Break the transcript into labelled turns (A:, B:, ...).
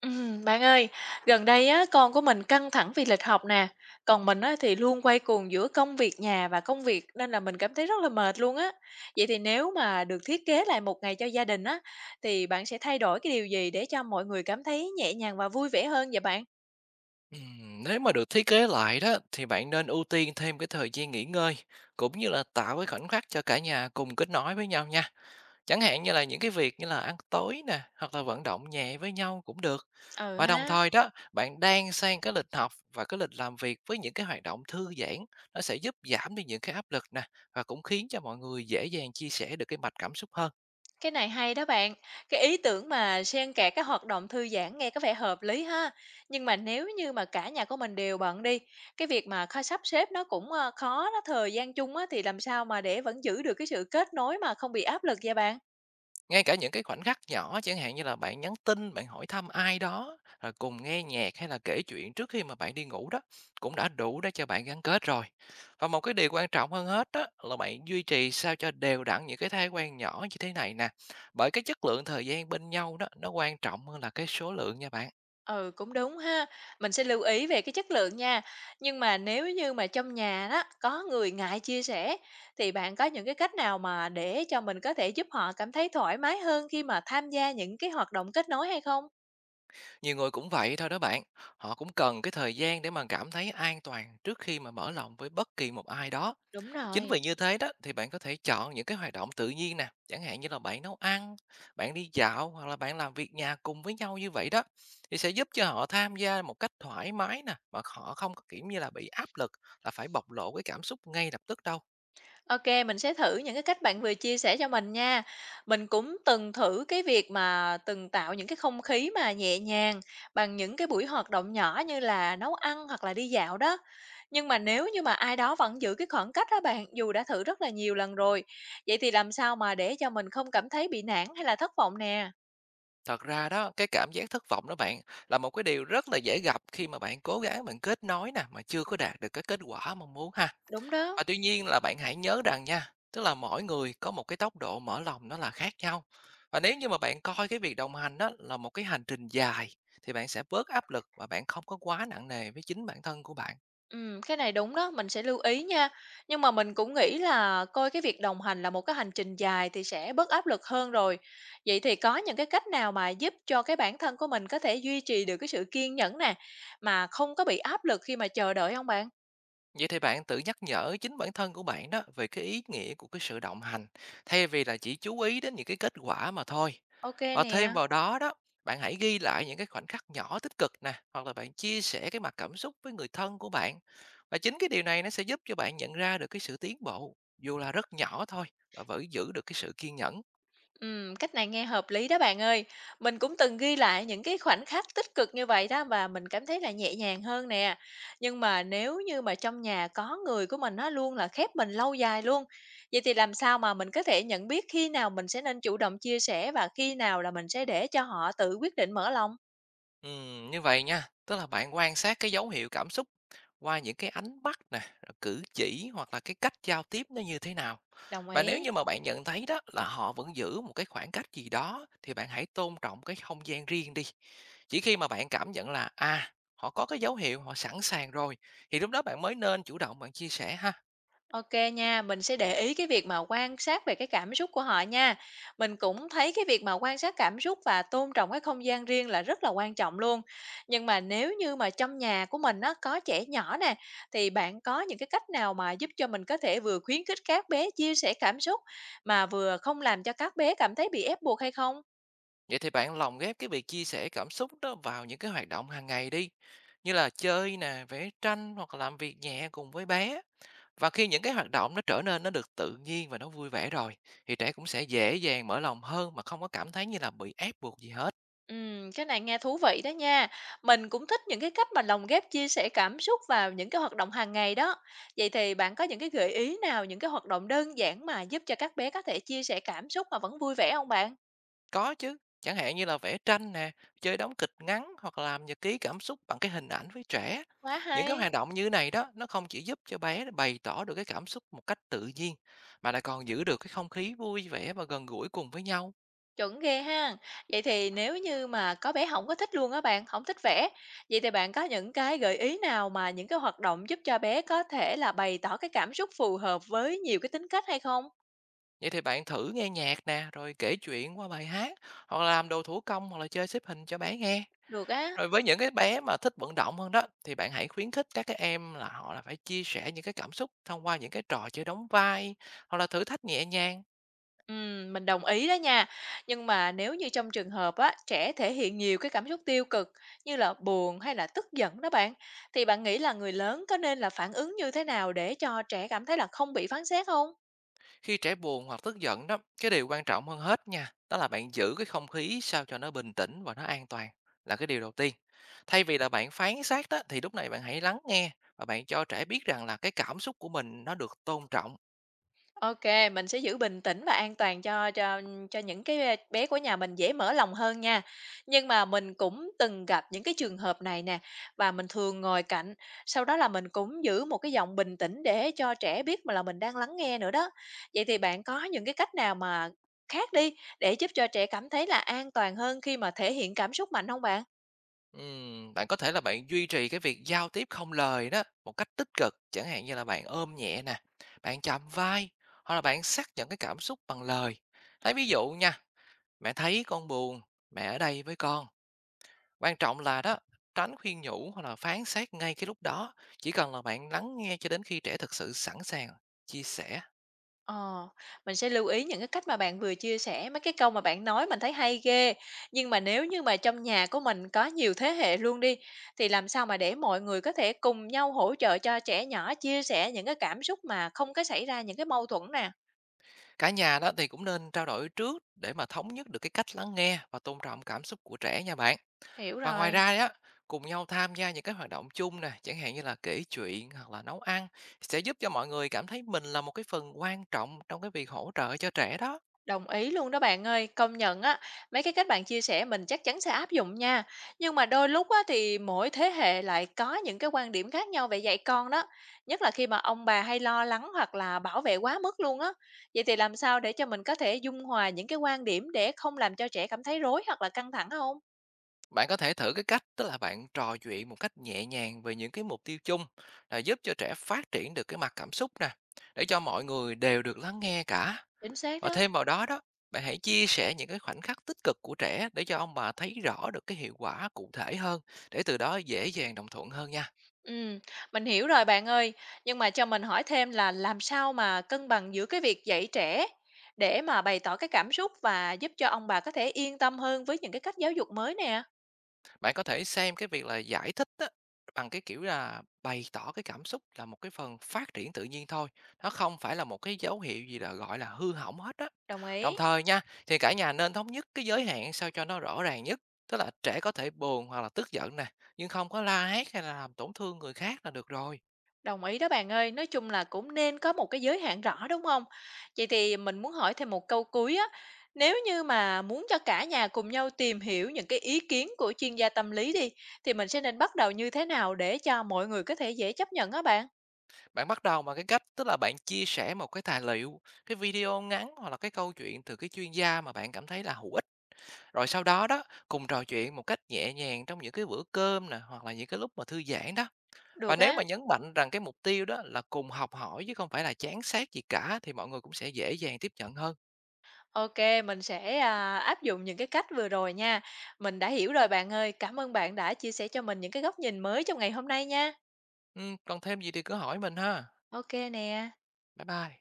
A: Bạn ơi, gần đây á con của mình căng thẳng vì lịch học nè, còn mình á thì luôn quay cuồng giữa công việc nhà và công việc nên là mình cảm thấy rất là mệt luôn á. Vậy thì nếu mà được thiết kế lại một ngày cho gia đình á thì bạn sẽ thay đổi cái điều gì để cho mọi người cảm thấy nhẹ nhàng và vui vẻ hơn vậy bạn?
B: Nếu mà được thiết kế lại đó thì bạn nên ưu tiên thêm cái thời gian nghỉ ngơi, cũng như là tạo cái khoảnh khắc cho cả nhà cùng kết nối với nhau nha. Chẳng hạn như là những cái việc như là ăn tối nè, hoặc là vận động nhẹ với nhau cũng được.
A: Ừ
B: Và đồng
A: ha.
B: thời đó, bạn đang sang cái lịch học và cái lịch làm việc với những cái hoạt động thư giãn, nó sẽ giúp giảm đi những cái áp lực nè, và cũng khiến cho mọi người dễ dàng chia sẻ được cái mạch cảm xúc hơn.
A: Cái này hay đó bạn. Cái ý tưởng mà xen kẽ các hoạt động thư giãn nghe có vẻ hợp lý ha. Nhưng mà nếu như mà cả nhà của mình đều bận đi, cái việc mà kho sắp xếp nó cũng khó, nó thời gian chung á thì làm sao mà để vẫn giữ được cái sự kết nối mà không bị áp lực vậy bạn?
B: Ngay cả những cái khoảnh khắc nhỏ, chẳng hạn như là bạn nhắn tin, bạn hỏi thăm ai đó, rồi cùng nghe nhạc hay là kể chuyện trước khi mà bạn đi ngủ đó, cũng đã đủ để cho bạn gắn kết rồi. Và một cái điều quan trọng hơn hết đó là bạn duy trì sao cho đều đặn những cái thói quen nhỏ như thế này nè. Bởi cái chất lượng thời gian bên nhau đó nó quan trọng hơn là cái số lượng nha bạn.
A: Ừ cũng đúng ha. Mình sẽ lưu ý về cái chất lượng nha. Nhưng mà nếu như mà trong nhà đó có người ngại chia sẻ thì bạn có những cái cách nào mà để cho mình có thể giúp họ cảm thấy thoải mái hơn khi mà tham gia những cái hoạt động kết nối hay không?
B: Nhiều người cũng vậy thôi đó bạn. Họ cũng cần cái thời gian để mà cảm thấy an toàn trước khi mà mở lòng với bất kỳ một ai đó.
A: Đúng
B: Chính
A: rồi.
B: vì như thế đó, thì bạn có thể chọn những cái hoạt động tự nhiên nè, chẳng hạn như là bạn nấu ăn, bạn đi dạo, hoặc là bạn làm việc nhà cùng với nhau, như vậy đó thì sẽ giúp cho họ tham gia một cách thoải mái nè, mà họ không có kiểu như là bị áp lực là phải bộc lộ cái cảm xúc ngay lập tức đâu.
A: OK, mình sẽ thử những cái cách bạn vừa chia sẻ cho mình nha. Mình cũng từng thử cái việc mà từng tạo những cái không khí mà nhẹ nhàng bằng những cái buổi hoạt động nhỏ như là nấu ăn hoặc là đi dạo đó. Nhưng mà nếu như mà ai đó vẫn giữ cái khoảng cách đó, bạn, dù đã thử rất là nhiều lần rồi, vậy thì làm sao mà để cho mình không cảm thấy bị nản hay là thất vọng nè?
B: Thật ra đó, cái cảm giác thất vọng đó bạn, là một cái điều rất là dễ gặp khi mà bạn cố gắng kết nối nè mà chưa có đạt được cái kết quả mong muốn ha.
A: Đúng đó.
B: Và tuy nhiên là bạn hãy nhớ rằng nha, tức là mỗi người có một cái tốc độ mở lòng nó là khác nhau. Và nếu như mà bạn coi cái việc đồng hành đó là một cái hành trình dài, thì bạn sẽ bớt áp lực và bạn không có quá nặng nề với chính bản thân của bạn.
A: Cái này đúng đó, mình sẽ lưu ý nha. Nhưng mà mình cũng nghĩ là coi cái việc đồng hành là một cái hành trình dài thì sẽ bớt áp lực hơn rồi. Vậy thì có những cái cách nào mà giúp cho cái bản thân của mình có thể duy trì được cái sự kiên nhẫn nè, mà không có bị áp lực khi mà chờ đợi không bạn?
B: Vậy thì bạn tự nhắc nhở chính bản thân của bạn đó về cái ý nghĩa của cái sự đồng hành, thay vì là chỉ chú ý đến những cái kết quả mà thôi.
A: Ok
B: Và thêm
A: nè.
B: vào đó đó, bạn hãy ghi lại những cái khoảnh khắc nhỏ tích cực nè, hoặc là bạn chia sẻ cái mặt cảm xúc với người thân của bạn. Và chính cái điều này nó sẽ giúp cho bạn nhận ra được cái sự tiến bộ, dù là rất nhỏ thôi, và vẫn giữ được cái sự kiên nhẫn.
A: Cách này nghe hợp lý đó bạn ơi. Mình cũng từng ghi lại những cái khoảnh khắc tích cực như vậy đó và mình cảm thấy là nhẹ nhàng hơn nè. Nhưng mà nếu như mà trong nhà có người của mình nó luôn là khép mình lâu dài luôn, vậy thì làm sao mà mình có thể nhận biết khi nào mình sẽ nên chủ động chia sẻ và khi nào là mình sẽ để cho họ tự quyết định mở lòng?
B: Như vậy nha, tức là bạn quan sát cái dấu hiệu cảm xúc qua những cái ánh mắt nè, rồi cử chỉ, hoặc là cái cách giao tiếp nó như thế nào.
A: Đồng
B: Và nếu
A: ý.
B: như mà bạn nhận thấy đó là họ vẫn giữ một cái khoảng cách gì đó, thì bạn hãy tôn trọng cái không gian riêng đi. Chỉ khi mà bạn cảm nhận là, à, họ có cái dấu hiệu họ sẵn sàng rồi, thì lúc đó bạn mới nên chủ động chia sẻ ha.
A: OK nha, mình sẽ để ý cái việc mà quan sát về cái cảm xúc của họ nha. Mình cũng thấy cái việc mà quan sát cảm xúc và tôn trọng cái không gian riêng là rất là quan trọng luôn. Nhưng mà nếu như mà trong nhà của mình nó có trẻ nhỏ nè, thì bạn có những cái cách nào mà giúp cho mình có thể vừa khuyến khích các bé chia sẻ cảm xúc mà vừa không làm cho các bé cảm thấy bị ép buộc hay không?
B: Vậy thì bạn lồng ghép cái việc chia sẻ cảm xúc đó vào những cái hoạt động hàng ngày đi, như là chơi nè, vẽ tranh, hoặc là làm việc nhẹ cùng với bé. Và khi những cái hoạt động nó trở nên, nó được tự nhiên và nó vui vẻ rồi, thì trẻ cũng sẽ dễ dàng mở lòng hơn mà không có cảm thấy như là bị ép buộc gì hết.
A: Cái này nghe thú vị đó nha. Mình cũng thích những cái cách mà lồng ghép chia sẻ cảm xúc vào những cái hoạt động hàng ngày đó. Vậy thì bạn có những cái gợi ý nào, những cái hoạt động đơn giản mà giúp cho các bé có thể chia sẻ cảm xúc mà vẫn vui vẻ không bạn?
B: Có chứ, chẳng hạn như là vẽ tranh nè, chơi đóng kịch ngắn, hoặc là làm nhật ký cảm xúc bằng cái hình ảnh với trẻ.
A: Quá
B: Những cái
A: hay,
B: hoạt động như này đó, nó không chỉ giúp cho bé bày tỏ được cái cảm xúc một cách tự nhiên, mà lại còn giữ được cái không khí vui vẻ và gần gũi cùng với nhau.
A: chuẩn ghê ha. Vậy thì nếu như mà có bé không có thích luôn á bạn, không thích vẽ, vậy thì bạn có những cái gợi ý nào mà những cái hoạt động giúp cho bé có thể là bày tỏ cái cảm xúc phù hợp với nhiều cái tính cách hay không?
B: Vậy thì bạn thử nghe nhạc nè, rồi kể chuyện qua bài hát, hoặc là làm đồ thủ công, hoặc là chơi xếp hình cho bé nghe.
A: Được á.
B: Rồi với những cái bé mà thích vận động hơn đó, thì bạn hãy khuyến khích các cái em là họ là phải chia sẻ những cái cảm xúc thông qua những cái trò chơi đóng vai, hoặc là thử thách nhẹ nhàng.
A: Mình đồng ý đó nha. Nhưng mà nếu như trong trường hợp á, trẻ thể hiện nhiều cái cảm xúc tiêu cực như là buồn hay là tức giận đó bạn, thì bạn nghĩ là người lớn có nên là phản ứng như thế nào để cho trẻ cảm thấy là không bị phán xét không?
B: Khi trẻ buồn hoặc tức giận đó, cái điều quan trọng hơn hết nha đó là bạn giữ cái không khí sao cho nó bình tĩnh và nó an toàn, là cái điều đầu tiên. Thay vì là bạn phán xét đó, thì lúc này bạn hãy lắng nghe và bạn cho trẻ biết rằng là cái cảm xúc của mình nó được tôn trọng.
A: OK, mình sẽ giữ bình tĩnh và an toàn cho cho những cái, bé của nhà mình dễ mở lòng hơn nha. Nhưng mà mình cũng từng gặp những cái trường hợp này nè, và mình thường ngồi cạnh, sau đó là mình cũng giữ một cái giọng bình tĩnh để cho trẻ biết mà là mình đang lắng nghe nữa đó. Vậy thì bạn có những cái cách nào mà khác đi, để giúp cho trẻ cảm thấy là an toàn hơn khi mà thể hiện cảm xúc mạnh không bạn?
B: Bạn có thể là bạn duy trì cái việc giao tiếp không lời đó một cách tích cực, chẳng hạn như là bạn ôm nhẹ nè, bạn chạm vai, hoặc là bạn xác nhận cái cảm xúc bằng lời. Lấy ví dụ nha: mẹ thấy con buồn, mẹ ở đây với con. Quan trọng là đó, tránh khuyên nhủ hoặc là phán xét ngay cái lúc đó, chỉ cần là bạn lắng nghe cho đến khi trẻ thực sự sẵn sàng chia sẻ.
A: Ờ, mình sẽ lưu ý những cái cách mà bạn vừa chia sẻ, mấy cái câu mà bạn nói mình thấy hay ghê. Nhưng mà nếu như mà trong nhà của mình có nhiều thế hệ luôn đi, thì làm sao mà để mọi người có thể cùng nhau hỗ trợ cho trẻ nhỏ chia sẻ những cái cảm xúc mà không có xảy ra những cái mâu thuẫn nè.
B: Cả nhà đó thì cũng nên trao đổi trước để mà thống nhất được cái cách lắng nghe và tôn trọng cảm xúc của trẻ nha bạn.
A: Hiểu
B: Và ngoài
A: rồi.
B: ra đó, cùng nhau tham gia những cái hoạt động chung nè, chẳng hạn như là kể chuyện hoặc là nấu ăn, sẽ giúp cho mọi người cảm thấy mình là một cái phần quan trọng trong cái việc hỗ trợ cho trẻ đó.
A: Đồng ý luôn đó bạn ơi, công nhận á, mấy cái cách bạn chia sẻ mình chắc chắn sẽ áp dụng nha. Nhưng mà đôi lúc á thì mỗi thế hệ lại có những cái quan điểm khác nhau về dạy con đó, nhất là khi mà ông bà hay lo lắng hoặc là bảo vệ quá mức luôn á. Vậy thì làm sao để cho mình có thể dung hòa những cái quan điểm để không làm cho trẻ cảm thấy rối hoặc là căng thẳng không?
B: Bạn có thể thử cái cách, tức là bạn trò chuyện một cách nhẹ nhàng về những cái mục tiêu chung, là giúp cho trẻ phát triển được cái mặt cảm xúc nè, để cho mọi người đều được lắng nghe cả.
A: Chính xác
B: Và
A: đó.
B: thêm vào đó đó, bạn hãy chia sẻ những cái khoảnh khắc tích cực của trẻ để cho ông bà thấy rõ được cái hiệu quả cụ thể hơn, để từ đó dễ dàng đồng thuận hơn nha.
A: Ừm, mình hiểu rồi bạn ơi. Nhưng mà cho mình hỏi thêm là làm sao mà cân bằng giữa cái việc dạy trẻ để mà bày tỏ cái cảm xúc và giúp cho ông bà có thể yên tâm hơn với những cái cách giáo dục mới nè?
B: Bạn có thể xem cái việc là giải thích á, bằng cái kiểu là bày tỏ cái cảm xúc là một cái phần phát triển tự nhiên thôi. Nó không phải là một cái dấu hiệu gì là gọi là hư hỏng hết á.
A: Đồng
B: Đồng
A: ý.
B: thời nha, thì cả nhà nên thống nhất cái giới hạn sao cho nó rõ ràng nhất. Tức là trẻ có thể buồn hoặc là tức giận nè, nhưng không có la hét hay là làm tổn thương người khác là được rồi.
A: Đồng ý đó bạn ơi, nói chung là cũng nên có một cái giới hạn rõ đúng không? Vậy thì mình muốn hỏi thêm một câu cuối á, nếu như mà muốn cho cả nhà cùng nhau tìm hiểu những cái ý kiến của chuyên gia tâm lý đi, thì mình sẽ nên bắt đầu như thế nào để cho mọi người có thể dễ chấp nhận á bạn?
B: Bạn bắt đầu bằng cái cách, tức là bạn chia sẻ một cái tài liệu, cái video ngắn hoặc là cái câu chuyện từ cái chuyên gia mà bạn cảm thấy là hữu ích. Rồi sau đó đó, cùng trò chuyện một cách nhẹ nhàng trong những cái bữa cơm nè, hoặc là những cái lúc mà thư giãn đó. Và
A: Được
B: nếu
A: á.
B: mà nhấn mạnh rằng cái mục tiêu đó là cùng học hỏi chứ không phải là chán sát gì cả, thì mọi người cũng sẽ dễ dàng tiếp nhận hơn.
A: OK, mình sẽ, áp dụng những cái cách vừa rồi nha. Mình đã hiểu rồi bạn ơi, cảm ơn bạn đã chia sẻ cho mình những cái góc nhìn mới trong ngày hôm nay nha.
B: Ừ, còn thêm gì thì cứ hỏi mình ha.
A: OK nè.
B: Bye bye.